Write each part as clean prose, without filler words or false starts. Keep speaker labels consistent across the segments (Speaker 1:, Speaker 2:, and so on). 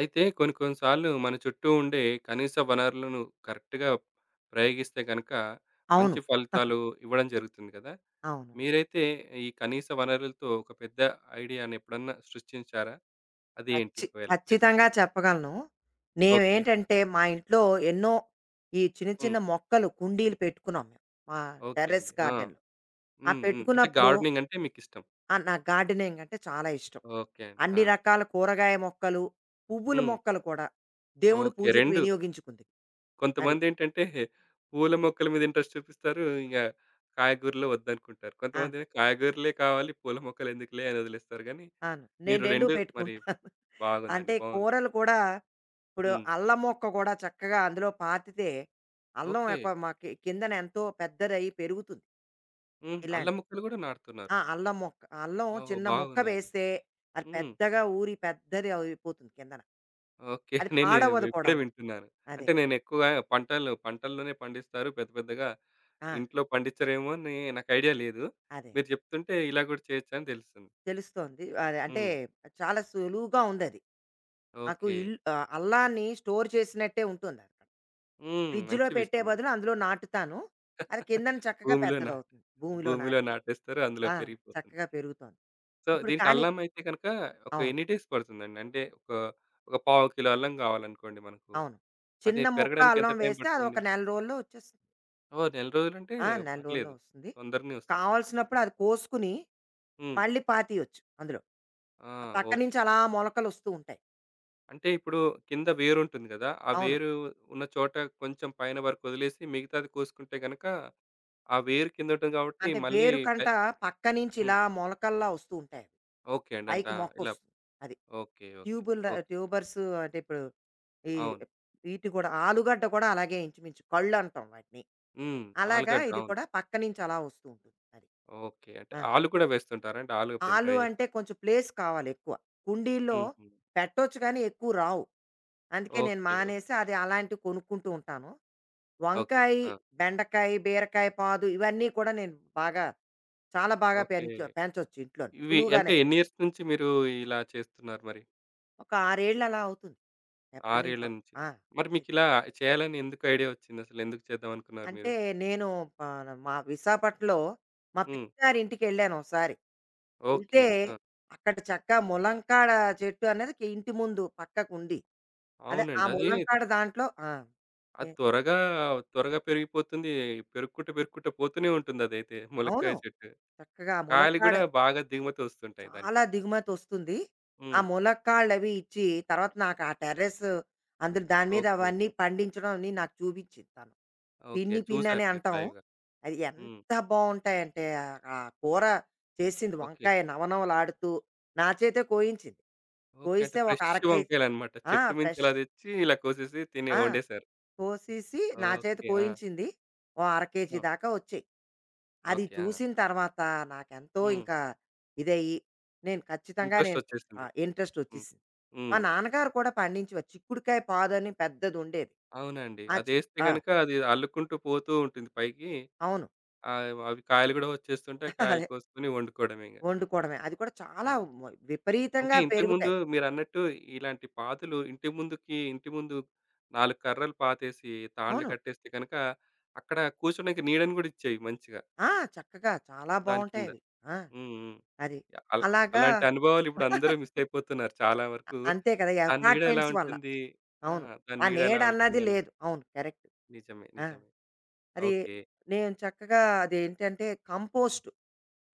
Speaker 1: అయితే కొన్ని కొన్ని సార్లు మన చుట్టూ ఉండే కనీస వనరులను కరెక్ట్‌గా ప్రయోగిస్తే గనక మంచి
Speaker 2: అవును.
Speaker 1: ఫలితాలు ఇవ్వడం జరుగుతుంది కదా!
Speaker 2: అవును.
Speaker 1: మీరైతే ఈ కనీస వనరులతో ఒక పెద్ద ఐడియాని ఎప్పుడన్నా సృష్టించారా? అది ఏంటి
Speaker 2: ఖచ్చి
Speaker 1: ఒకవేళ చేస్తే?
Speaker 2: ఖచ్చితంగా చెప్పగలను.
Speaker 1: ఓకే.
Speaker 2: మేమేంటంటే, మా ఇంట్లో ఎన్నో ఈ చిన్న
Speaker 1: హ్మ్.
Speaker 2: చిన్న మొక్కలు, కుండీలు పెట్టుకున్నాం మేము. మా
Speaker 1: ఓకే
Speaker 2: టెర్రస్
Speaker 1: అండి. ఆ!
Speaker 2: గార్డెన్‌లో. ఆ
Speaker 1: హ్మ్. హ్మ్. అంటే
Speaker 2: పెట్టుకున్నప్పుడు
Speaker 1: గార్డెనింగ్ అంటే మీకిష్టం.
Speaker 2: నాకు గార్డెనింగ్ అంటే చాలా ఇష్టం.
Speaker 1: ఓకే అండి. ఆ!
Speaker 2: అన్ని రకాల కూరగాయ మొక్కలు, పువ్వుల
Speaker 1: హ్మ్.
Speaker 2: మొక్కలు కూడా దేవుడి
Speaker 1: ఓకే.
Speaker 2: పూజకు
Speaker 1: 2
Speaker 2: వినియోగించుకుంది. అది.
Speaker 1: కొంతమందేంటంటే పూల మొక్కల మీద ఇంట్రెస్ట్ చూపిస్తారు. ఇంగ కాయగూరలో వద్దనుకుంటారు.
Speaker 2: ఆ!
Speaker 1: కొంతమందేమో కాయగూరలే కావాలి, పూల మొక్కలు ఎందుకులే అని వదిలేస్తారు గానీ,
Speaker 2: అవును. నేను
Speaker 1: మీరు
Speaker 2: 2
Speaker 1: 2 మరి
Speaker 2: పెట్టుకుంటాను.
Speaker 1: బాగుందండి.
Speaker 2: అంటే
Speaker 1: బాగుంది.
Speaker 2: కూరలు కూడా ఇప్పుడు
Speaker 1: హ్మ్.
Speaker 2: అల్లం మొక్క కూడా చక్కగా అందులో పాతితే అల్లం
Speaker 1: ఓకే.
Speaker 2: యొక్క మా కిందన ఎంతో పెద్దదయ్యి పెరుగుతుంది.
Speaker 1: హ్మ్. అల్లం
Speaker 2: ఇలాంటి
Speaker 1: ముక్కలు గూడా నాటుతున్నారు.
Speaker 2: ఆ అల్లం
Speaker 1: వావ్!
Speaker 2: చిన్న మొక్క
Speaker 1: బాగుందండి.
Speaker 2: వేస్తే అది
Speaker 1: హ్మ్.
Speaker 2: పెద్దగా ఊరి పెద్దది అయిపోతుంది కిందన.
Speaker 1: ఓకే.
Speaker 2: అది
Speaker 1: నేను
Speaker 2: పాడవదు
Speaker 1: ఇప్పుడే
Speaker 2: కూడాను.
Speaker 1: వింటున్నాను.
Speaker 2: అదే
Speaker 1: అంటే నేను ఎక్కువగా పంటల్లోనే పండిస్తారు. పెద్ద పెద్దగా
Speaker 2: ఆ,
Speaker 1: ఇంట్లో పండించరేమో అని నాకు ఐడియా లేదు.
Speaker 2: అదే
Speaker 1: మీరు చెప్తుంటే ఇలా గూడా చేయొచ్చని తెలుస్తుంది.
Speaker 2: తెలుస్తోంది అంటే
Speaker 1: హ్మ్.
Speaker 2: చాలా సులువుగా ఉంది అది. నాకు
Speaker 1: ఓకే.
Speaker 2: అల్లాన్ని స్టోర్ చేసినట్టే ఉంటుంది అది అక్కడ.
Speaker 1: హ్మ్.
Speaker 2: ఫ్రిడ్జ్లో
Speaker 1: మంచి
Speaker 2: పెట్టే
Speaker 1: విషయం అండి.
Speaker 2: బదులు అందులో నాటుతాను. అది కిందన చక్కగా
Speaker 1: భూమిలో నాట్
Speaker 2: పెద్దదవుతుంది భూమిలో
Speaker 1: భూమిలో
Speaker 2: నాటితే.
Speaker 1: నాటేస్తారు. అందులో
Speaker 2: ఆ,
Speaker 1: పెరిగిపోతుంది.
Speaker 2: చక్కగా పెరుగుతోంది
Speaker 1: సో,
Speaker 2: ఇప్పుడు
Speaker 1: దీనికి
Speaker 2: కానీ.
Speaker 1: అల్లం అయితే గనక ఒక
Speaker 2: అవును.
Speaker 1: ఎన్ని డేస్ పడుతుందండి? అంటే ఒక, ఒక పావు కిలో అల్లం కావాలనుకోండి మనకు.
Speaker 2: అవును.
Speaker 1: అది
Speaker 2: చిన్న ముక్క
Speaker 1: పెరగడానికి ఎంత
Speaker 2: అల్లం
Speaker 1: టైం
Speaker 2: వేస్తే
Speaker 1: పడుతుంది?
Speaker 2: అదొక నెల రోజుల్లో వచ్చేస్తుంది.
Speaker 1: ఓహ్! నెల రోజులంటే
Speaker 2: ఆ! నెల రోజుల్లో
Speaker 1: పర్లేదు.
Speaker 2: వస్తుంది.
Speaker 1: తొందరనే వస్తుంది.
Speaker 2: కావాల్సినప్పుడు అది కోసుకుని,
Speaker 1: హ్మ్.
Speaker 2: మళ్ళీ పాతేయొచ్చు అందులో.
Speaker 1: ఆ!
Speaker 2: ఆ పక్క నుంచి
Speaker 1: ఓకే.
Speaker 2: అలా మొలకలొస్తూ ఉంటాయి.
Speaker 1: అంటే ఇప్పుడు కింద వేరుంటుంది గదా! ఆ
Speaker 2: అవును.
Speaker 1: వేరు ఉన్న చోట కొంచెం పైన వరకు వదిలేసి మిగతాది కోసుకుంటే గనక ఆ వేరు కింద ఉంటుంది కాబట్టి
Speaker 2: అంటే
Speaker 1: మళ్ళీ పె
Speaker 2: వేరుకంట పక్క నుంచి
Speaker 1: హ్మ్.
Speaker 2: ఇలా మొలకల్లా వస్తూ ఉంటాయి. అవి.
Speaker 1: ఓకే అండి. అంటే
Speaker 2: పైకి
Speaker 1: ఆ! ఇలా
Speaker 2: మొక్కొస్తుంది. అది.
Speaker 1: ఓకే. ఓకే.
Speaker 2: ట్యూబుల్
Speaker 1: ఓకే.
Speaker 2: ట్యూబర్స్. అంటే ఇప్పుడు ఈ
Speaker 1: అవును.
Speaker 2: వీటి కూడా ఆలుగడ్డ కూడా అలాగే ఇంచుమించు. కళ్ళు అంటాం వాటిని.
Speaker 1: హ్మ్.
Speaker 2: అలాగా
Speaker 1: ఆలుగడ్డ.
Speaker 2: ఇది
Speaker 1: అవును.
Speaker 2: కూడా పక్క నుంచి అలా వస్తూ ఉంటుంది. అది.
Speaker 1: ఓకే. అంటే
Speaker 2: ఆ!
Speaker 1: ఆలు కూడా వేస్తుంటారా? అంటే ఆలు ఎప్పుడైనా
Speaker 2: ఆలు
Speaker 1: ట్రై
Speaker 2: అంటే
Speaker 1: చేస్తారా?
Speaker 2: కొంచెం ప్లేస్ కావాలి ఎక్కువ. కుండీల్లో
Speaker 1: హుహు.
Speaker 2: పెట్టొచ్చు కానీ ఎక్కువ రావు. అందుకే నేను
Speaker 1: ఓకే. ఓకే.
Speaker 2: మానేసి అది అలాంటివి కొనుక్కుంటూ ఉంటాను.
Speaker 1: ఓకే.
Speaker 2: వంకాయి,
Speaker 1: ఆ!
Speaker 2: బెండకాయ, బీరకాయ పాదు ఇవన్నీ కూడా నేను బాగా చాలా బాగా
Speaker 1: ఓకే.
Speaker 2: పెంచొచ్చు ఇంట్లోని.
Speaker 1: ఇవి అంటే
Speaker 2: సులువుగానే.
Speaker 1: ఎన్ని ఇయర్స్ నుంచి మీరు ఇలా చేస్తున్నారు మరి?
Speaker 2: ఒక 6 ఏళ్ళు అలా అవుతుంది
Speaker 1: 6 ఏళ్ల
Speaker 2: ఎప్పటినుంచో.
Speaker 1: నుంచి.
Speaker 2: ఆ! అది.
Speaker 1: మరి మీకిలా చేయాలని ఎందుకు ఐడియా వచ్చింది? అసలు ఎందుకు చేద్దాం అనుకున్నారు మీరు?
Speaker 2: అంటే నేను ప మా విశాఖపట్నంలో మా
Speaker 1: హ్మ్.
Speaker 2: పిన్నిగారింటికి వెళ్ళాను ఒకసారి. వెళ్తే
Speaker 1: ఓకే. ఆ!
Speaker 2: అక్కడ చక్కగా ములంకాడ చెట్టు అనేది ఇంటి ముందు పక్కకు ఉంది. అదే ఆ
Speaker 1: అవునండి. అది
Speaker 2: ములంకాడ దాంట్లో. ఆ!
Speaker 1: అది
Speaker 2: ఏ
Speaker 1: త్వరగా, త్వరగా పెరిగిపోతుంది. పెరుక్కుంట, పెరుక్కుంట పోతూనే ఉంటుందదైతే
Speaker 2: అవును.
Speaker 1: ములక్కాయ చెట్టు.
Speaker 2: చక్కగా ఆ
Speaker 1: కాయలు
Speaker 2: ములక్కాడ
Speaker 1: గూడా బాగా దిగుమతి వస్తుంటాయి దానికి.
Speaker 2: చాలా దిగుమతి వస్తుంది. ఆ
Speaker 1: హ్మ్.
Speaker 2: ములక్కాడలవి ఇచ్చి తర్వాత నాకు ఆ టెర్రస్ అందులో దాని మీద
Speaker 1: ఓకే.
Speaker 2: అవన్నీ పండించడం అని నాకు చూపించింది తను.
Speaker 1: ఓకే.
Speaker 2: పిన్ని పిన్నని
Speaker 1: చూసారు మీరు
Speaker 2: అంటాం.
Speaker 1: లైవ్‌గా.
Speaker 2: అది
Speaker 1: హ్మ్.
Speaker 2: ఎంత బావుంటాయంటే ఆ ఆ కూర చేసింది
Speaker 1: ఓకే.
Speaker 2: వంకాయ నవనవలాడుతూ. నా చేతే కోయించింది.
Speaker 1: ఓకే. అంటే
Speaker 2: కోయిస్తే ఒక
Speaker 1: ఫ్రెష్
Speaker 2: అర కేజీ.
Speaker 1: వంకాయలన్నమాట.
Speaker 2: ఆ!
Speaker 1: చెట్టు మించి
Speaker 2: ఫ్రెష్.
Speaker 1: ఇలా తెచ్చి, ఇలా కోసేసి తిని
Speaker 2: ఆ!
Speaker 1: వండేసారు.
Speaker 2: కోసేసి నా చేత
Speaker 1: ఓకే. ఆ!
Speaker 2: కోయించింది. ఓ అర కేజీ
Speaker 1: ఆ!
Speaker 2: దాకా వచ్చాయి. అది
Speaker 1: ఓకే. ఆ!
Speaker 2: చూసిన తర్వాత నాకెంతో
Speaker 1: హ్మ్.
Speaker 2: ఇంకా ఇదయ్యి నేను ఖచ్చితంగా
Speaker 1: ఇంట్రెస్ట్
Speaker 2: ఆ!
Speaker 1: వచ్చేసింది.
Speaker 2: ఇంట్రెస్ట్
Speaker 1: హ్మ్.
Speaker 2: వచ్చేసింది. మా
Speaker 1: హ్మ్.
Speaker 2: నాన్నగారు కూడా పండించేవారు. చిక్కుడుకాయ పాదు అని పెద్దదుండేది.
Speaker 1: అవునండి.
Speaker 2: ఆ చి
Speaker 1: అదేస్తే
Speaker 2: ఆ!
Speaker 1: గనక అది అల్లుకుంటూ పోతూ ఉంటుంది పైకి.
Speaker 2: అవును.
Speaker 1: ఆహ్, అవి కాయలు గూడా వచ్చేస్తుంటాయి. కాయలు
Speaker 2: అదే.
Speaker 1: కోసుకొని వండుకోవడమే ఇంగ.
Speaker 2: వండుకోవడమే. అది కూడా
Speaker 1: ఆ!
Speaker 2: చాలా మ
Speaker 1: అంటే
Speaker 2: విపరీతంగా
Speaker 1: ఇంతకుముందు
Speaker 2: పెరుగుతాయి.
Speaker 1: మీరన్నట్టు ఇలాంటి పాతులు ఇంటి ముందు 4 కర్రలు పాతేసి, తాళ్ళు
Speaker 2: అవును.
Speaker 1: కట్టేస్తే గనక అక్కడ కూర్చోడానికి నీడని గూడా ఇచ్చేవి మంచిగా
Speaker 2: ఆ! చక్కగా చాలా
Speaker 1: దాని కింద.
Speaker 2: బావుంటాయవి. ఆ!
Speaker 1: హ్మ్. హ్మ్.
Speaker 2: అది.
Speaker 1: అల్
Speaker 2: అలాగా.
Speaker 1: అలాంటి అనుభవాలు ఇప్పుడు అందరూ మిస్ అయిపోతున్నారు చాలా వరకు.
Speaker 2: అంతే కదా! ఈ
Speaker 1: దాని నీడ ఎలా
Speaker 2: అపార్ట్‌మెంట్స్ వల్ల.
Speaker 1: ఉంటుంది? ఆ!
Speaker 2: అవును.
Speaker 1: దాని
Speaker 2: ఆ
Speaker 1: నీడ ఎలా
Speaker 2: నీడన్నది
Speaker 1: ఉంటుందని.
Speaker 2: లేదు. అవును. కరెక్ట్.
Speaker 1: నిజమే.
Speaker 2: ఆ!
Speaker 1: నిజమే.
Speaker 2: అది.
Speaker 1: ఓకే.
Speaker 2: నేను చక్కగా అదేంటంటే కంపోస్ట్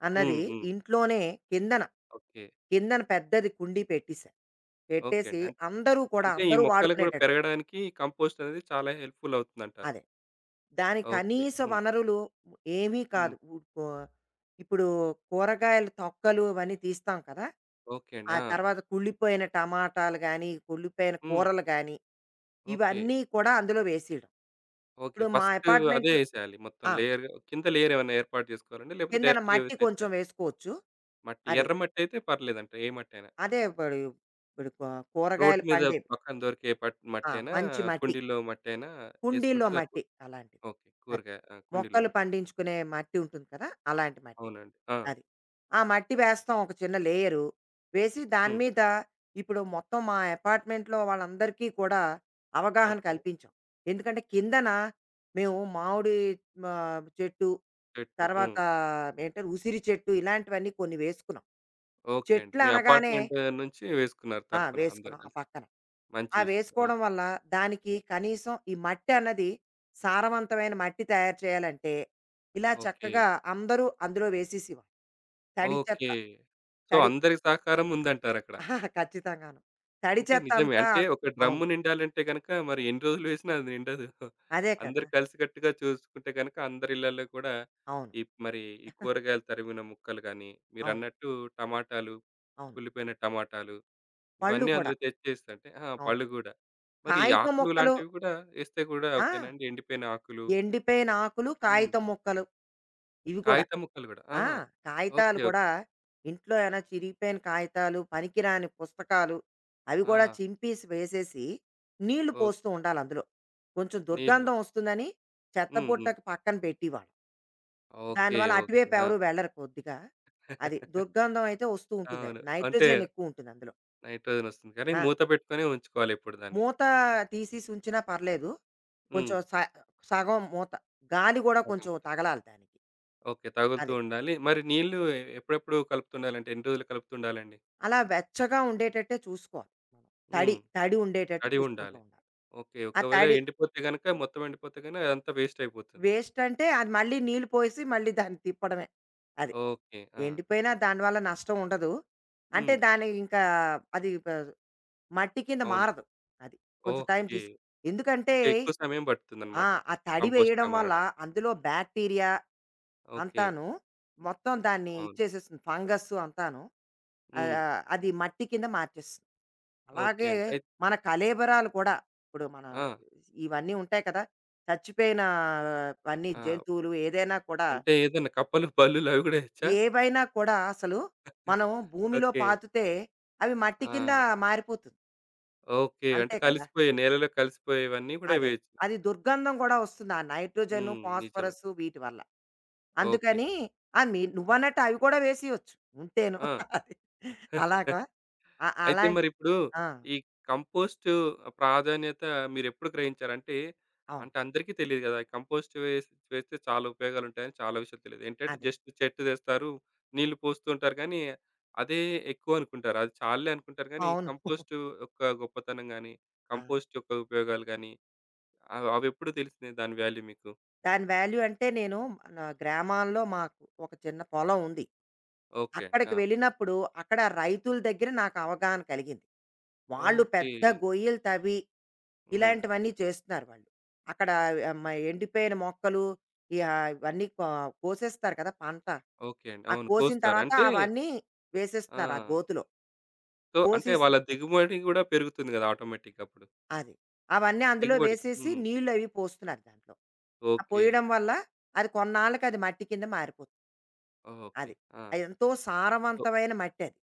Speaker 2: అన్నది
Speaker 1: హ్మ్. హ్మ్.
Speaker 2: ఇంట్లోనే కిందన,
Speaker 1: ఓకే.
Speaker 2: పెద్దది కుండీ పెట్టేశా.
Speaker 1: ఓకే అండి.
Speaker 2: పెట్టేసి
Speaker 1: అంటే ఈ
Speaker 2: అందరూ
Speaker 1: మొక్కలు గూడా
Speaker 2: వాడుకునేటట్టు.
Speaker 1: పెరగడానికి కంపోస్ట్ అనేది చాలా హెల్ప్‌ఫుల్ అవుతుందంటారు.
Speaker 2: అదే. దాని
Speaker 1: ఓకే.
Speaker 2: కనీస
Speaker 1: హ్మ్.
Speaker 2: వనరులు ఏమీ
Speaker 1: హ్మ్.
Speaker 2: కాదు. ఉ కో ఇప్పుడు కూరగాయల తొక్కలు అవన్నీ తీస్తాం కదా!
Speaker 1: ఓకే అండి.
Speaker 2: ఆ
Speaker 1: ఆ!
Speaker 2: తర్వాత కుళ్ళిపోయిన టమాటాలు గానీ, కుళ్ళిపోయిన
Speaker 1: హ్మ్.
Speaker 2: కూరలు గానీ,
Speaker 1: ఓకే.
Speaker 2: ఇవన్నీ కూడా అందులో వేసేయడం.
Speaker 1: ఓకే.
Speaker 2: ఇప్పుడు మా
Speaker 1: అదే
Speaker 2: అపార్ట్మెంట్‌లో.
Speaker 1: ఏసేయాలి మొత్తం
Speaker 2: ఆ!
Speaker 1: లేయర్ కింద లేయర్ ఏమన్నా ఏర్పాటు జేసుకోవాలండి? లేకపోతే
Speaker 2: కిందన
Speaker 1: డైరెక్ట్‌గా
Speaker 2: మట్టి
Speaker 1: వేసేయొచ్చా?
Speaker 2: కొంచెం వేసుకోవచ్చు.
Speaker 1: మట్టి
Speaker 2: అది.
Speaker 1: ఎర్ర మట్టయితే పర్లేదంట ఏ మట్టైనా?
Speaker 2: అదే ఇప్పుడు ఇప్పుడు
Speaker 1: రోడ్డు
Speaker 2: కూరగాయలు
Speaker 1: మీద
Speaker 2: పండేవి.
Speaker 1: పక్కన దొరికే
Speaker 2: ఆ!
Speaker 1: మట్టేనా?
Speaker 2: మంచి మట్టి.
Speaker 1: కుండీల్లో మట్టేనా? ఏసుకుంటే
Speaker 2: కుండీల్లో మట్టి
Speaker 1: సరిపోతుంది.
Speaker 2: అలాంటిది.
Speaker 1: ఓకే.
Speaker 2: అది.
Speaker 1: కూరగాయ ఆ! కుండీల్లో
Speaker 2: మొక్కలు
Speaker 1: మట్టి.
Speaker 2: పండించుకునే మట్టి ఉంటుంది కదా! అలాంటి మట్టి.
Speaker 1: అవునండి. ఆ!
Speaker 2: అది. ఆ మట్టి వేస్తాం ఒక చిన్న లేయరు. వేసి దాని
Speaker 1: హ్మ్.
Speaker 2: మీద ఇప్పుడు మొత్తం మా అపార్ట్మెంట్‌లో వాళ్ళందరికీ కూడా అవగాహన
Speaker 1: ఓకే.
Speaker 2: కల్పించాం. ఎందుకంటే కిందన మేము మామిడి చెట్టు,
Speaker 1: చెట్టు. హ్మ్.
Speaker 2: తర్వాత ఏంటంటే ఉసిరి చెట్టు ఇలాంటివన్నీ కొన్ని వేసుకున్నాం.
Speaker 1: ఓకే అండి.
Speaker 2: చెట్లు
Speaker 1: మీ
Speaker 2: అనగానే
Speaker 1: అపార్ట్‌మెంట్ నుంచి వేసుకున్నారు
Speaker 2: ఆ!
Speaker 1: తరపున అందరూ
Speaker 2: వేసుకున్నాం ఆ
Speaker 1: కలిసి.
Speaker 2: పక్కన.
Speaker 1: మంచి
Speaker 2: ఆ
Speaker 1: విషయం. ఆ!
Speaker 2: వేసుకోవడం వల్ల దానికి కనీసం ఈ మట్టి అన్నది సారవంతమైన మట్టి తయారు చేయాలంటే, ఇలా
Speaker 1: ఓకే.
Speaker 2: చక్కగా అందరూ అందులో వేసేసేవారు. తడి చెత్త.
Speaker 1: ఓకే. సో,
Speaker 2: తడి
Speaker 1: అందరి సహకారం ఉందంటారక్కడ.
Speaker 2: ఆహా, ఖచ్చితంగాను. తడి
Speaker 1: అంటే
Speaker 2: చెత్త
Speaker 1: నిజమే.
Speaker 2: అంతా.
Speaker 1: అంటే ఒక డ్రమ్ము
Speaker 2: అవును.
Speaker 1: నిండాలంటే గనక మరి ఎన్ని రోజులు వేసినా అది నిండదు.
Speaker 2: అదే కదా!
Speaker 1: అందరూ కలిసికట్టుగా చూసుకుంటే గనక అందరి ఇళ్లల్లో కూడా
Speaker 2: అవును.
Speaker 1: ఈ మరి ఈ కూరగాయలు తరిమిన ముక్కలు గానీ,
Speaker 2: అవును.
Speaker 1: మీరన్నట్టు టమాటాలు,
Speaker 2: అవును.
Speaker 1: కుళ్ళిపోయిన టమాటాలు
Speaker 2: పళ్ళు
Speaker 1: ఇవన్నీ
Speaker 2: కూడా.
Speaker 1: అందులో తెచ్చేస్తంటే ఆ!
Speaker 2: అవును.
Speaker 1: పళ్ళు గూడా. మరి
Speaker 2: కాగితం
Speaker 1: ఆకులు
Speaker 2: ముక్కలు.
Speaker 1: లాంటివి గూడా ఏస్తే గూడా
Speaker 2: ఆ!
Speaker 1: ఓకేనా అండి? ఎండిపోయిన ఆకులు.
Speaker 2: ఎండిపోయిన ఆకులు,
Speaker 1: హ్మ్.
Speaker 2: కాగితం ముక్కలు ఇవి కూడా.
Speaker 1: కాగితం ముక్కలు గూడా. ఆ!
Speaker 2: ఆ! కాగితాలు
Speaker 1: ఓకే.
Speaker 2: కూడా
Speaker 1: ఓకే.
Speaker 2: ఇంట్లో ఏమైనా చిరిగిపోయిన కాగితాలు, పనికిరాని పుస్తకాలు అవి కూడా
Speaker 1: ఆ!
Speaker 2: చింపేసి వేసేసి, నీళ్లు పోస్తూ
Speaker 1: ఓకే.
Speaker 2: ఉండాలి అందులో. కొంచెం
Speaker 1: నీళ్ళు.
Speaker 2: దుర్గంధం వస్తుందని
Speaker 1: హ్మ్. హ్మ్.
Speaker 2: చెత్తబుట్టకి పక్కన పెట్టేవాళ్ళం.
Speaker 1: ఓకే.
Speaker 2: దానివల్ల
Speaker 1: ఓకే.
Speaker 2: అటువైపు
Speaker 1: ఆ!
Speaker 2: ఎవరు వెళ్ళరు కొద్దిగా. అది దుర్గంధం అయితే వస్తూ ఉంటుంది. అది
Speaker 1: అవును. అంటే
Speaker 2: నైట్రోజన్ ఎక్కువ ఉంటుంది అందులో.
Speaker 1: నైట్రోజన్ వస్తుంది. కానీ
Speaker 2: ఆ!
Speaker 1: మూత పెట్టుకొనే ఉంచుకోవాలి ఎప్పుడు దాన్ని.
Speaker 2: మూత తీసేసి ఉంచినా పర్లేదు.
Speaker 1: హ్మ్.
Speaker 2: కొంచెం సగం మూత. గాలి కూడా
Speaker 1: అది.
Speaker 2: కొంచెం
Speaker 1: మూత.
Speaker 2: తగలాలి దానికి.
Speaker 1: ఓకే. తగులుతూ
Speaker 2: అది.
Speaker 1: ఉండాలి. మరి నీళ్ళు ఎప్పుడెప్పుడు కలుపుతుండాలంటే ఎన్ని రోజులు కలుపుతుండాలండి?
Speaker 2: అలా వెచ్చగా ఉండేటట్టే చూసుకోవాలి మనం.
Speaker 1: హ్మ్.
Speaker 2: తడి తడి ఉండేటట్టు
Speaker 1: తడి
Speaker 2: చూసుకుంటూ
Speaker 1: ఉండాలి.
Speaker 2: ఉండాలి.
Speaker 1: ఓకే.
Speaker 2: ఆ
Speaker 1: ఒకవేళ
Speaker 2: తడి
Speaker 1: ఎండిపోతే గనక మొత్తం ఎండిపోతే గన అదంతా వేస్ట్ అయిపోతుంది.
Speaker 2: వేస్ట్ అంటే అది మళ్ళీ నీళ్ళు పోసి మళ్ళీ దాన్ని తిప్పడమే. అది.
Speaker 1: ఓకే. ఆ!
Speaker 2: ఎండిపోయినా
Speaker 1: ఓకే.
Speaker 2: దానివల్ల నష్టం ఉండదు. అంటే
Speaker 1: హ్మ్.
Speaker 2: దాని ఇంకా అది మట్టి కింద
Speaker 1: అవును.
Speaker 2: మారదు. అది. కొంచెం టైం
Speaker 1: ఓకే.
Speaker 2: తీసుకు ఎందుకంటే
Speaker 1: ఓకే. ఎక్కువ సమయం
Speaker 2: ఆ!
Speaker 1: పడుతుందన్నమాట.
Speaker 2: ఆ తడి
Speaker 1: కంపోస్ట్‌గా
Speaker 2: వేయడం వల్ల
Speaker 1: మారడానికి.
Speaker 2: అందులో బ్యాక్టీరియా
Speaker 1: ఓకే.
Speaker 2: అంతాను మొత్తం దాన్ని
Speaker 1: అవును.
Speaker 2: ఇచ్చేసేస్తుంది. ఫంగస్ అంతాను.
Speaker 1: హ్మ్.
Speaker 2: అది మట్టి కింద మార్చేస్తుంది.
Speaker 1: ఓకే
Speaker 2: అలాగే
Speaker 1: అండి.
Speaker 2: మన కళేబరాలు కూడా ఇప్పుడు మన
Speaker 1: ఆ!
Speaker 2: ఇవన్నీ ఉంటాయి కదా! చచ్చిపోయిన అన్నీ
Speaker 1: ఆ!
Speaker 2: జంతువులు ఏదైనా కూడా,
Speaker 1: అంటే ఏదైనా కప్పలు, బల్లులు అవి గూడా ఏయొచ్చా?
Speaker 2: ఏవైనా కూడా అసలు మనం భూమిలో
Speaker 1: ఓకే.
Speaker 2: పాతితే అవి మట్టి కింద
Speaker 1: ఆ!
Speaker 2: మారిపోతుంది.
Speaker 1: ఓకే. అంటే
Speaker 2: అంతే కదా!
Speaker 1: కలిసిపోయాయి. నేలలో కలిసిపోయేవన్నీ గూడా
Speaker 2: అదే.
Speaker 1: వేయొచ్చు.
Speaker 2: అది దుర్గంధం కూడా వస్తుంది. ఆ నైట్రోజను,
Speaker 1: హ్మ్. నిజమే.
Speaker 2: ఫాస్ఫరస్సు వీటి వల్ల.
Speaker 1: ఓకే.
Speaker 2: అందుకని ఆ! నువ్వన్నట్టు అవి కూడా వేసేయొచ్చు. ఉంటేను.
Speaker 1: ఆ!
Speaker 2: అది. అలాగా?
Speaker 1: అయితే
Speaker 2: అలాంటి.
Speaker 1: మరిప్పుడు
Speaker 2: ఆ!
Speaker 1: ఈ కంపోస్ట్ ప్రాధాన్యత మీరెప్పుడు గ్రహించారు? అంటే,
Speaker 2: అవును.
Speaker 1: అంటే అందరికీ తెలీదు గదా! కంపోస్ట్ వేస్తే చాలా ఉపయోగాలుంటాయని చాలా విషయాలు తెలీదు. ఏంటంటే
Speaker 2: అదే.
Speaker 1: జస్ట్ చెట్టు తెస్తారు, నీళ్లు పోస్తూ ఉంటారు గానీ, అదే ఎక్కువనుకుంటారు. అది చాలులే అనుకుంటారు గానీ,
Speaker 2: అవును.
Speaker 1: కంపోస్ట్ యొక్క గొప్పతనం గానీ,
Speaker 2: ఆ!
Speaker 1: కంపోస్ట్ యొక్క ఉపయోగాలు గానీ, అవెప్పుడు తెలిసినాయి దాని వాల్యూ మీకు?
Speaker 2: దాని వాల్యూ అంటే నేను నా గ్రామాల్లో మాకు ఒక చిన్న పొలం ఉంది.
Speaker 1: ఓకే అండి.
Speaker 2: అక్కడికి
Speaker 1: ఆ!
Speaker 2: వెళ్ళినప్పుడు అక్కడ రైతుల దగ్గర నాకు అవగాహన కలిగింది. వాళ్ళు
Speaker 1: ఓకే.
Speaker 2: పెద్ద గొయ్యలు తవ్వి
Speaker 1: హ్మ్.
Speaker 2: ఇలాంటివన్నీ చేస్తున్నారు వాళ్ళు. అక్కడ ఆహ్, మ ఎండిపోయిన మొక్కలు ఈ ఇవన్నీ కోసేస్తారు కదా! పంట.
Speaker 1: ఓకే అండి.
Speaker 2: ఆ
Speaker 1: అవును.
Speaker 2: కోసిన
Speaker 1: కోస్తారు.
Speaker 2: తర్వాత
Speaker 1: అంటే
Speaker 2: అవన్నీ
Speaker 1: ఆ!
Speaker 2: వేసేస్తున్నారు ఆ గోతిలో.
Speaker 1: సో, అంటే
Speaker 2: కోసేసి
Speaker 1: వాళ్ళ దిగుబడి గూడా పెరుగుతుంది గదా! ఆటోమేటిక్‌గా అప్పుడు.
Speaker 2: అది. అవన్నీ అందులో
Speaker 1: దిగుబడి.
Speaker 2: వేసేసి
Speaker 1: హ్మ్.
Speaker 2: నీళ్లు అవి పోస్తున్నారు దాంట్లో. ఆ
Speaker 1: ఓకే.
Speaker 2: పోయడం వల్ల అది కొన్నాళ్ళకి అది మట్టి కింద మారిపోతుంది.
Speaker 1: ఓకే.
Speaker 2: అది.
Speaker 1: ఆ!
Speaker 2: అది ఎంతో
Speaker 1: సో,
Speaker 2: సారవంతమైన మట్టి అది.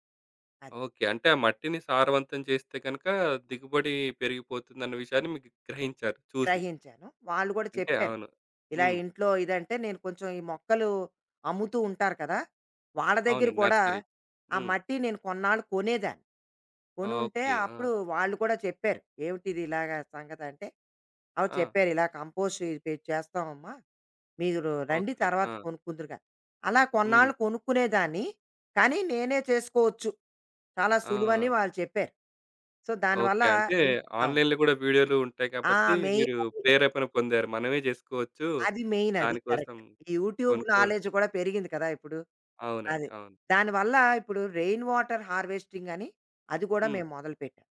Speaker 2: అది.
Speaker 1: ఓకే. అంటే ఆ మట్టిని సారవంతం చేస్తే గనక దిగుబడి పెరిగిపోతుందన్న విషయాన్ని మీకు గ్రహించారు చూసి.
Speaker 2: గ్రహించాను. వాళ్ళు కూడా
Speaker 1: అంటే
Speaker 2: చెప్పారు.
Speaker 1: అవును.
Speaker 2: ఇలా
Speaker 1: హ్మ్.
Speaker 2: ఇంట్లో ఇదంటే నేను కొంచెం ఈ మొక్కలు అమ్ముతూ ఉంటారు కదా! వాళ్ళ దగ్గర
Speaker 1: అవునండి.
Speaker 2: కూడా
Speaker 1: నర్సరీ.
Speaker 2: ఆ
Speaker 1: హ్మ్.
Speaker 2: మట్టి నేను కొన్నాళ్ళు కొనేదాన్ని. కొనుంటే
Speaker 1: ఓకే. ఆ!
Speaker 2: అప్పుడు వాళ్ళు కూడా చెప్పారు. "ఏమిటిది ఇలాగా సంగతంటే?" ఆవిడ
Speaker 1: ఆ!
Speaker 2: చెప్పారు, "ఇలా కంపోస్ట్ ఇది చేస్తామమ్మా. మీరు రండి
Speaker 1: ఓకే.
Speaker 2: తర్వాత
Speaker 1: ఆ!
Speaker 2: కొనుక్కుందురు గాని." అలా
Speaker 1: హ్మ్.
Speaker 2: కొన్నాళ్ళు కొనుక్కునేదాన్ని. కానీ నేనే చేసుకోవచ్చు. చాలా
Speaker 1: ఆ!
Speaker 2: సులువని వాళ్ళు చెప్పారు. సో, దానివల్ల
Speaker 1: ఓకే. అంటే
Speaker 2: ఇన్ అవును.
Speaker 1: ఆన్‌లైన్‌లో గూడా వీడియోలు ఉంటాయి
Speaker 2: ఆ!
Speaker 1: కాబట్టి
Speaker 2: మెయిన్
Speaker 1: మీరు
Speaker 2: అది.
Speaker 1: ప్రేరేపణ పొందారు. మనమే జేసుకోవచ్చు.
Speaker 2: అది మెయిన్ అది.
Speaker 1: దానికోసం
Speaker 2: కరెక్ట్. ఈ యూట్యూబ్
Speaker 1: కొనుక్కోను.
Speaker 2: నాలెడ్జ్ కూడా పెరిగింది కదా! ఇప్పుడు.
Speaker 1: అవునండి.
Speaker 2: అది.
Speaker 1: అవును.
Speaker 2: దానివల్ల ఇప్పుడు రెయిన్ వాటర్ హార్వెస్టింగ్ అని అది కూడా
Speaker 1: హ్మ్.
Speaker 2: మేము మొదలుపెట్టాం.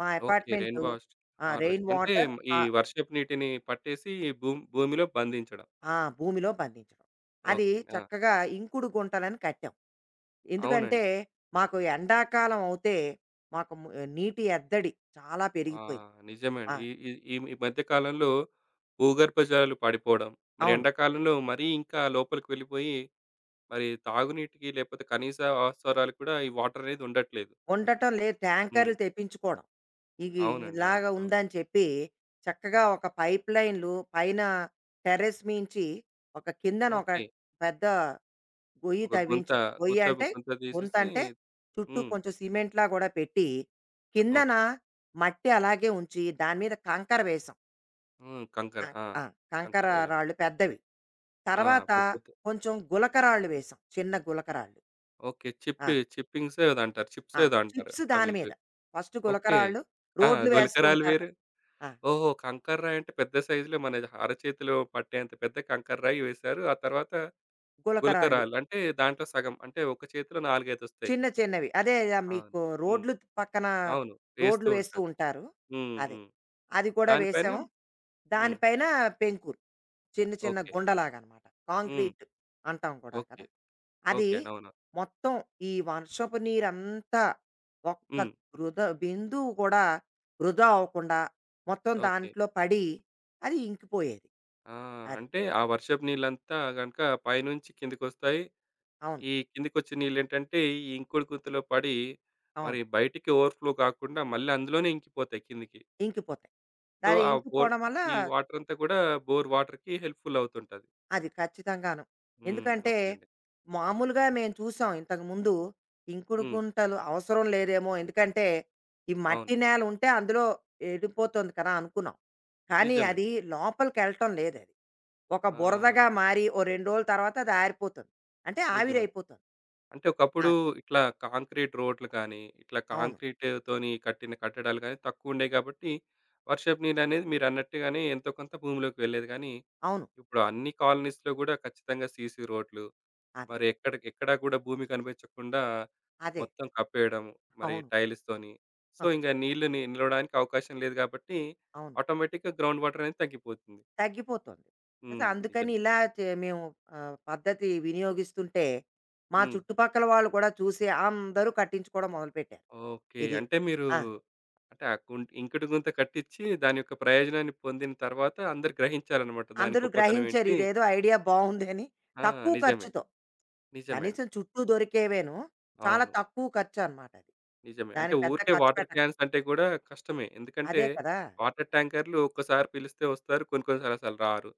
Speaker 2: మా
Speaker 1: ఓకే. Rain
Speaker 2: apartment.
Speaker 1: వాస్ట్
Speaker 2: ఆ!
Speaker 1: హార్వెస్ట్.
Speaker 2: రెయిన్
Speaker 1: అంటే
Speaker 2: వాటర్.
Speaker 1: ఈ
Speaker 2: ఆహ్,
Speaker 1: వర్షపు నీటిని పట్టేసి భూమిలో బంధించడం.
Speaker 2: ఆ! భూమిలో బంధించడం. అది
Speaker 1: ఓకే అండి. ఆ!
Speaker 2: చక్కగా ఇంకుడు గుంటలని కట్టాం. ఎందుకంటే
Speaker 1: అవునండి.
Speaker 2: మాకు ఎండాకాలం అవుతే మాకు నీటి ఎద్దడి చాలా
Speaker 1: ఆ!
Speaker 2: పెరిగిపోయింది.
Speaker 1: నిజమే
Speaker 2: ఆ!
Speaker 1: అండి. ఈ ఈ ఈ ఈ మధ్య కాలంలో భూగర్భ జలాలు పడిపోవడం, మరి
Speaker 2: అవును.
Speaker 1: ఎండాకాలంలో మరీ ఇంకా లోపలికి వెళ్ళిపోయి మరి తాగునీటికి లేకపోతే కనీస అవసరాలు కూడా ఈ వాటర్ అనేది ఉండట్లేదు.
Speaker 2: ఉండటం లేదు.
Speaker 1: హ్మ్.
Speaker 2: ట్యాంకర్‌లు తెప్పించుకోవడం. ఇది
Speaker 1: అవునండి. అవును.
Speaker 2: ఇలాగా
Speaker 1: అవును.
Speaker 2: ఉందని చెప్పి చక్కగా ఒక పైప్ లైన్లు పైన టెర్రస్ మించి ఒక కిందన ఒక
Speaker 1: ఓకే.
Speaker 2: పెద్ద గొయ్యి
Speaker 1: ఒక గుంత
Speaker 2: తవ్వించాం. గొయ్యి
Speaker 1: గుత్త
Speaker 2: అంటే
Speaker 1: గుంత
Speaker 2: గుంత.
Speaker 1: తీసేసి
Speaker 2: అంటే చుట్టూ
Speaker 1: హ్మ్.
Speaker 2: కొంచెం సిమెంట్లా కూడా పెట్టి కిందన
Speaker 1: ఓకే.
Speaker 2: మట్టి అలాగే ఉంచి దాని మీద కంకర వేసాం.
Speaker 1: హ్మ్. కంకర.
Speaker 2: కం-
Speaker 1: ఆ!
Speaker 2: ఆ, కంకర
Speaker 1: కంకర వేయాలి.
Speaker 2: రాళ్ళు పెద్దవి.
Speaker 1: ఆ!
Speaker 2: తర్వాత
Speaker 1: పెద్ద పెద్ద
Speaker 2: కొంచెం గులకరాళ్ళు వేసాం, చిన్న గులకరాళ్ళు.
Speaker 1: ఓకే.
Speaker 2: ఆ,
Speaker 1: చిప్పింగ్స్ ఏదో అంటారు. చిప్స్
Speaker 2: ఆ,
Speaker 1: ఏదో అంటారు.
Speaker 2: చిప్స్
Speaker 1: అవి
Speaker 2: దాని మీద.
Speaker 1: ఇవి.
Speaker 2: First
Speaker 1: okay.
Speaker 2: గులకరాళ్ళు.
Speaker 1: ఆ!
Speaker 2: రోడ్లు వేస్తూ
Speaker 1: గులకరాళ్ళు
Speaker 2: ఉంటారు
Speaker 1: వేరు.
Speaker 2: కదా. ఆ,
Speaker 1: ఓహో! కంకర రాయి అంటే పెద్ద సైజులో మన అరచేతిలో పట్టేంత పెద్ద కంకర రాయి వేశారు. ఆ తర్వాత
Speaker 2: గులకరాళ్ళు
Speaker 1: గులకరాళ్ళు. అంటే దాంట్లో సగం అంటే ఒక చేతిలో 4, 5 ఒస్తాయి.
Speaker 2: చిన్న చిన్నవి. అదే ఆ
Speaker 1: అవును.
Speaker 2: మీకు
Speaker 1: హ్మ్.
Speaker 2: రోడ్లు పక్కన
Speaker 1: అవును.
Speaker 2: రోడ్లు
Speaker 1: వేస్తూ
Speaker 2: వేస్తూ
Speaker 1: ఉంటారు.
Speaker 2: ఉంటారు.
Speaker 1: హ్మ్.
Speaker 2: అదే.
Speaker 1: హ్మ్.
Speaker 2: అది కూడా
Speaker 1: దాని పైన
Speaker 2: వేశాం.
Speaker 1: హ్మ్.
Speaker 2: దానిపైన పెంకురు. చిన్న చిన్న
Speaker 1: ఓకే.
Speaker 2: గుండలాగనమాట.
Speaker 1: హ్మ్.
Speaker 2: కాంక్రీట్ అంటాం కూడా
Speaker 1: ఓకే.
Speaker 2: కదా! అది
Speaker 1: ఓకే అండి. అవును.
Speaker 2: మొత్తం. ఈ వర్షపు నీరంతా ఒక్క
Speaker 1: హ్మ్.
Speaker 2: వృధా బిందువు కూడా వృధా అవ్వకుండా మొత్తం
Speaker 1: ఓకే.
Speaker 2: దాంట్లో పడి అది ఇంకిపోయేది.
Speaker 1: ఆ!
Speaker 2: అది.
Speaker 1: అంటే ఆ వర్షపు నీళ్ళంతా గనుక పైనుంచి కిందకొస్తాయి.
Speaker 2: అవును.
Speaker 1: ఈ కిందకొచ్చే నీళ్ళేంటంటే ఈ ఇంకుడు గుంతలో పడి
Speaker 2: అవును.
Speaker 1: మరి బయటికి ఓవర్‌ఫ్లో కాకుండా మళ్ళీ అందులోనే ఇంకిపోతాయి కిందకి.
Speaker 2: ఇంకిపోతాయి.
Speaker 1: సో,
Speaker 2: దాని
Speaker 1: ఆ బోర్
Speaker 2: ఇంకిపోవడం వల్ల
Speaker 1: ఈ వాటరంతా కూడా బోర్ వాటర్‌కి హెల్ప్‌ఫుల్ అవుతుంటది.
Speaker 2: అది ఖచ్చితంగాను.
Speaker 1: హ్మ్.
Speaker 2: ఎందుకంటే,
Speaker 1: ఓకే అండి.
Speaker 2: మామూలుగా మేము చూసాం ఇంతకుముందు ఇంకుడు
Speaker 1: హ్మ్.
Speaker 2: గుంటలు అవసరం లేదేమో! ఎందుకంటే, ఈ
Speaker 1: అవును.
Speaker 2: మట్టి నేల ఉంటే అందులో ఎళ్ళిపోతుంది కదా అనుకున్నాం. కానీ
Speaker 1: నిజమే
Speaker 2: అది
Speaker 1: అండి.
Speaker 2: లోపలికెళ్ళటం లేదది. ఒక
Speaker 1: ఆ!
Speaker 2: బురదగా మారి ఓ 2 రోజుల తర్వాత అది ఆరిపోతుంది. అంటే
Speaker 1: నిజమే.
Speaker 2: ఆవిరైపోతుంది.
Speaker 1: అంటే
Speaker 2: ఆ!
Speaker 1: ఒకప్పుడు ఇట్లా కాంక్రీట్ రోడ్లు కానీ, ఇట్లా
Speaker 2: అవును.
Speaker 1: కాంక్రీట్ తోని కట్టిన కట్టడాలు గానీ తక్కువుండేయి కాబట్టి, వర్షపు నీరనేది మీరన్నట్టుగానే ఎంతో కొంత భూమిలోకి వెళ్ళేది కానీ,
Speaker 2: అవును.
Speaker 1: ఇప్పుడు అన్ని కాలనీస్‌లో గూడా ఖచ్చితంగా సీసీ రోడ్లు,
Speaker 2: అదే.
Speaker 1: మరి ఎక్కడ ఎక్కడా గూడా భూమి కనిపించకుండా
Speaker 2: అదే.
Speaker 1: మొత్తం కప్పేయడం, మరి
Speaker 2: అవును.
Speaker 1: టైల్స్‌తోని. సో, ఇంక నీళ్లు నిలవడానికి అవకాశం లేదు కాబట్టి,
Speaker 2: అవును.
Speaker 1: ఆటోమేటిక్‌గా గ్రౌండ్ వాటర్ అనేది తగ్గిపోతుంది.
Speaker 2: తగ్గిపోతుంది. అయితే
Speaker 1: హ్మ్.
Speaker 2: అందుకని
Speaker 1: నిజమే.
Speaker 2: ఇలా మేము పద్ధతి వినియోగిస్తుంటే, మా
Speaker 1: హ్మ్.
Speaker 2: చుట్టుపక్కల వాళ్ళు కూడా చూసి అందరూ కట్టించుకోవడం మొదలుపెట్టారు.
Speaker 1: ఓకే.
Speaker 2: ఇది.
Speaker 1: అంటే మీరు
Speaker 2: ఆ!
Speaker 1: అంటే ఆ గుం ఇంకుడు గుంత కట్టించి దాని యొక్క ప్రయోజనాన్ని పొందిన తర్వాత అందరూ గ్రహించారనమాట. దాని
Speaker 2: అందరూ
Speaker 1: గొప్పతనం
Speaker 2: గ్రహించారు
Speaker 1: ఏంటి
Speaker 2: ఇదేదో ఐడియా బావుందని.
Speaker 1: ఆ!
Speaker 2: తక్కువ
Speaker 1: నిజమే.
Speaker 2: ఖర్చుతో.
Speaker 1: నిజమే అండి.
Speaker 2: కనీసం చుట్టూ దొరికేవేను. చాలా
Speaker 1: అవును.
Speaker 2: తక్కువ ఖర్చనమాట అది.
Speaker 1: నిజమే. అంటే
Speaker 2: దానికి పెద్ద
Speaker 1: ఊరికే
Speaker 2: ఖర్చు
Speaker 1: వాటర్
Speaker 2: పెట్టక.
Speaker 1: క్యాన్స్ అంటే కూడా కష్టమే. ఎందుకంటే
Speaker 2: అదే కదా!
Speaker 1: వాటర్ ట్యాంకర్‌లు ఒక్కసారి పిలిస్తే వస్తారు. కొన్ని కొన్ని సార్లు అసలు రారు.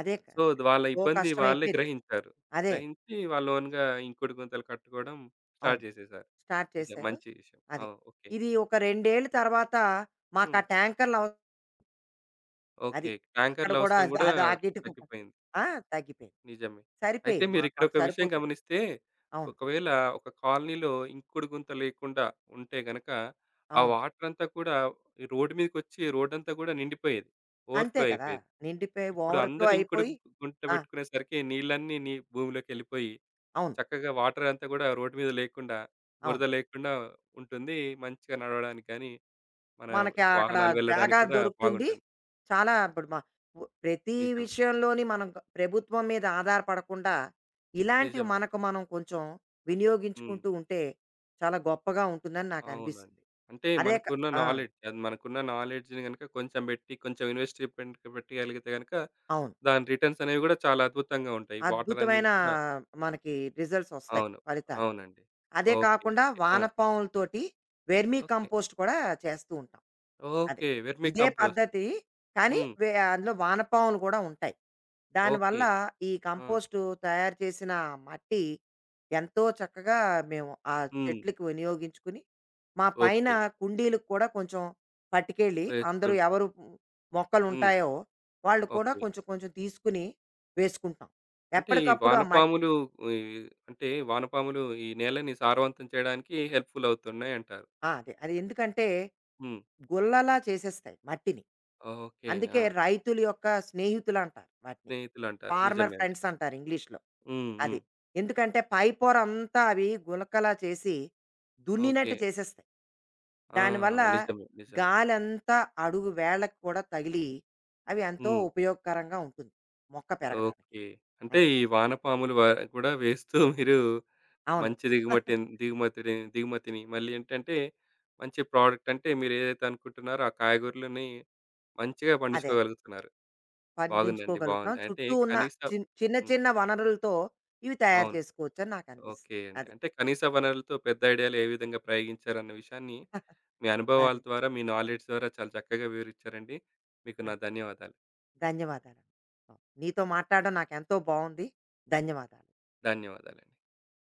Speaker 2: అదే క
Speaker 1: సో, వాళ్ళ
Speaker 2: ఎంతో
Speaker 1: ఇబ్బంది వాళ్ళే
Speaker 2: కష్టమైపోయేది.
Speaker 1: గ్రహించారు.
Speaker 2: అదే.
Speaker 1: గ్రహించి వాళ్ళు ఓన్‌గా ఇంకుడు గుంతలు కట్టుకోవడం
Speaker 2: అవును.
Speaker 1: స్టార్ట్ చేసేసారు.
Speaker 2: స్టార్ట్
Speaker 1: నిజం.
Speaker 2: చేశారు.
Speaker 1: మంచి విషయం. ఆ!
Speaker 2: అదే.
Speaker 1: ఓకే.
Speaker 2: ఇది ఒక 2 ఏళ్ల తర్వాత మాకా
Speaker 1: హ్మ్.
Speaker 2: ట్యాంకర్‌లవ అది.
Speaker 1: ఓకే.
Speaker 2: అక్కడ
Speaker 1: ట్యాంకర్‌ల
Speaker 2: కూడా
Speaker 1: అవసరం
Speaker 2: అది
Speaker 1: కూడా
Speaker 2: అది ఆ గిట్టుకు
Speaker 1: తగ్గిపోయింది.
Speaker 2: ఆ! తగ్గిపోయాయి.
Speaker 1: నిజమే. అయితే
Speaker 2: సరిపోయేవి మాకు
Speaker 1: మీరిక్కడొక విషయం
Speaker 2: సరిపోతున్నాయి.
Speaker 1: గమనిస్తే,
Speaker 2: అవును.
Speaker 1: ఒకవేళ ఒక కాలనీలో ఇంకుడు గుంత లేకుండా ఉంటే గనక, ఆ
Speaker 2: అవును.
Speaker 1: వాటరంతా కూడా ఈ రోడ్డు మీదకొచ్చి రోడ్డంతా గూడా నిండిపోయేది.
Speaker 2: అంతే
Speaker 1: ఓవర్‌ఫ్లో
Speaker 2: కదా!
Speaker 1: అయిపోయేది.
Speaker 2: నిండిపోయి
Speaker 1: ఇప్పుడు
Speaker 2: ఓవర్ ఫ్లో
Speaker 1: అందరూ
Speaker 2: అయిపోయి.
Speaker 1: గుంట
Speaker 2: ఆ!
Speaker 1: పెట్టుకునేసరికి నీళ్ళన్నీ భూమిలోకెళ్ళిపోయి,
Speaker 2: అవును.
Speaker 1: చక్కగా వాటరంతా గూడా రోడ్డు మీద లేకుండా, బురద
Speaker 2: అవును.
Speaker 1: లేకుండా ఉంటుంది. మంచిగా నడవడానికి గాని, మన
Speaker 2: మనకి అక్కడ
Speaker 1: వాహనాలు వెళ్ళడానికి
Speaker 2: జాగా
Speaker 1: కూడా
Speaker 2: దొరుకుతుంది.
Speaker 1: బాగుంటుంది.
Speaker 2: చాలా ఇప్పుడు మా ప్రతి
Speaker 1: నిజమే.
Speaker 2: విషయంలోని మనం ప్రభుత్వం మీద ఆధారపడకుండా ఇలాంటివి
Speaker 1: నిజమే.
Speaker 2: మనకు మనం కొంచెం
Speaker 1: హ్మ్.
Speaker 2: వినియోగించుకుంటూ ఉంటే చాలా గొప్పగా ఉంటుందని
Speaker 1: అవునండి.
Speaker 2: నాకనిపిస్తుంది.
Speaker 1: అంటే
Speaker 2: అదే క ఆ!
Speaker 1: మనకున్న నాలెడ్జ్‌ని గనుక కొంచెం బెట్టి, కొంచెం ఇన్వెస్ట్‌మెంట్ పెట్టగలిగితే గనుక
Speaker 2: అవును.
Speaker 1: దాని రిటర్న్స్ అనేవి గూడా చాలా అద్భుతంగా ఉంటాయి. వాటర్ అనేది
Speaker 2: అద్భుతమైన
Speaker 1: కూడా
Speaker 2: మనకి రిజల్ట్స్ వస్తాయి.
Speaker 1: అవును.
Speaker 2: ఫలితాలు.
Speaker 1: అవునండి.
Speaker 2: అదే
Speaker 1: ఓకే.
Speaker 2: కాకుండా
Speaker 1: ఓకే. ఆ!
Speaker 2: వానపాములతోటి వెర్మీ
Speaker 1: ఓకే.
Speaker 2: కంపోస్ట్ కూడా చేస్తూ ఉంటాం. అదే.
Speaker 1: ఓకే. వెర్మి
Speaker 2: ఇదే
Speaker 1: కంపోస్ట్.
Speaker 2: పద్ధతి. కానీ
Speaker 1: హ్మ్.
Speaker 2: అందులో వానపాములు కూడా ఉంటాయి.
Speaker 1: ఓకే.
Speaker 2: దానివల్ల ఈ
Speaker 1: ఆ!
Speaker 2: కంపోస్టు తయారు చేసిన మట్టి ఎంతో చక్కగా మేము ఆ
Speaker 1: హ్మ్.
Speaker 2: చెట్లకి వినియోగించుకుని, మా పైన
Speaker 1: ఓకే.
Speaker 2: కుండీలకు కూడా కొంచెం పట్టుకెళ్ళి అందరూ
Speaker 1: వేస్తుంటారు.
Speaker 2: ఎవరు
Speaker 1: హ్మ్.
Speaker 2: మొక్కలుంటాయో వాళ్ళు కూడా
Speaker 1: ఓకే.
Speaker 2: కొంచెం కొంచెం తీసుకుని వేసుకుంటాం.
Speaker 1: అంటే ఈ
Speaker 2: ఎప్పటికప్పుడు
Speaker 1: వానపాములు ఈ అంటే వానపాములు ఈ నేలని సారవంతం చేయడానికి హెల్ప్‌ఫుల్ అవుతున్నాయంటారు.
Speaker 2: ఆ! అదే. అది ఎందుకంటే
Speaker 1: హ్మ్.
Speaker 2: గుల్లలా చేసేస్తాయి మట్టిని.
Speaker 1: ఓకే.
Speaker 2: అందుకే
Speaker 1: ఆ!
Speaker 2: రైతుల యొక్క స్నేహితులంటారు వాటిని.
Speaker 1: స్నేహితులంటారు.
Speaker 2: ఫార్మర్
Speaker 1: నిజమే అండి.
Speaker 2: ఫ్రెండ్స్
Speaker 1: నిజం.
Speaker 2: అంటారు ఇంగ్లీష్‌లో.
Speaker 1: హ్మ్. హ్మ్.
Speaker 2: అది. ఎందుకంటే పై పొరంతా అవి గులకలా చేసి
Speaker 1: ఓకే.
Speaker 2: దున్నినట్టు చేసేస్తాయి.
Speaker 1: ఆ!
Speaker 2: దానివల్ల
Speaker 1: నిజమే. నిజమే.
Speaker 2: గాలంతా అడుగు వేళ్ళకి కూడా తగిలి అవి ఎంతో
Speaker 1: హ్మ్.
Speaker 2: ఉపయోగకరంగా ఉంటుంది మొక్క పెరగడానికి.
Speaker 1: ఓకే. అంటే
Speaker 2: అది.
Speaker 1: ఈ వానపాములు వ కూడా వేస్తూ మీరు
Speaker 2: అవును.
Speaker 1: మంచి దిగుమటిన్ దిగుమతిని దిగుమతిని మళ్ళీ ఏంటంటే మంచి ప్రోడక్ట్ అంటే మీరేదైతే అనుకుంటున్నారో ఆ కాయగూరలని మంచిగా
Speaker 2: అదే.
Speaker 1: పండించుకోగలుగుతున్నారు. బాగుందండి.
Speaker 2: పండించుకోగలుగుతున్నాం.
Speaker 1: బాగుంది. అంటే
Speaker 2: చుట్టూ ఉన్న
Speaker 1: కనీసం
Speaker 2: చిన్న
Speaker 1: హ్మ్.
Speaker 2: చిన్న వనరులతో ఇవి తయారు
Speaker 1: అవును.
Speaker 2: చేసుకోవచ్చని నాకనిపిస్తుంది.
Speaker 1: ఓకే అండి.
Speaker 2: అది.
Speaker 1: అంటే కనీస వనరులతో పెద్ద ఐడియాలు ఏ విధంగా ప్రయోగించారన్న విషయాన్ని మీ అనుభవాల
Speaker 2: అది.
Speaker 1: ద్వారా, మీ నాలెడ్జ్ ద్వారా చాలా చక్కగా వివరించారండి. మీకు
Speaker 2: ఆ!
Speaker 1: నా ధన్యవాదాలు.
Speaker 2: ధన్యవాదాలండి. నీతో మాట్లాడడం నాకెంతో బావుంది. ధన్యవాదాలు.
Speaker 1: ధన్యవాదాలండి.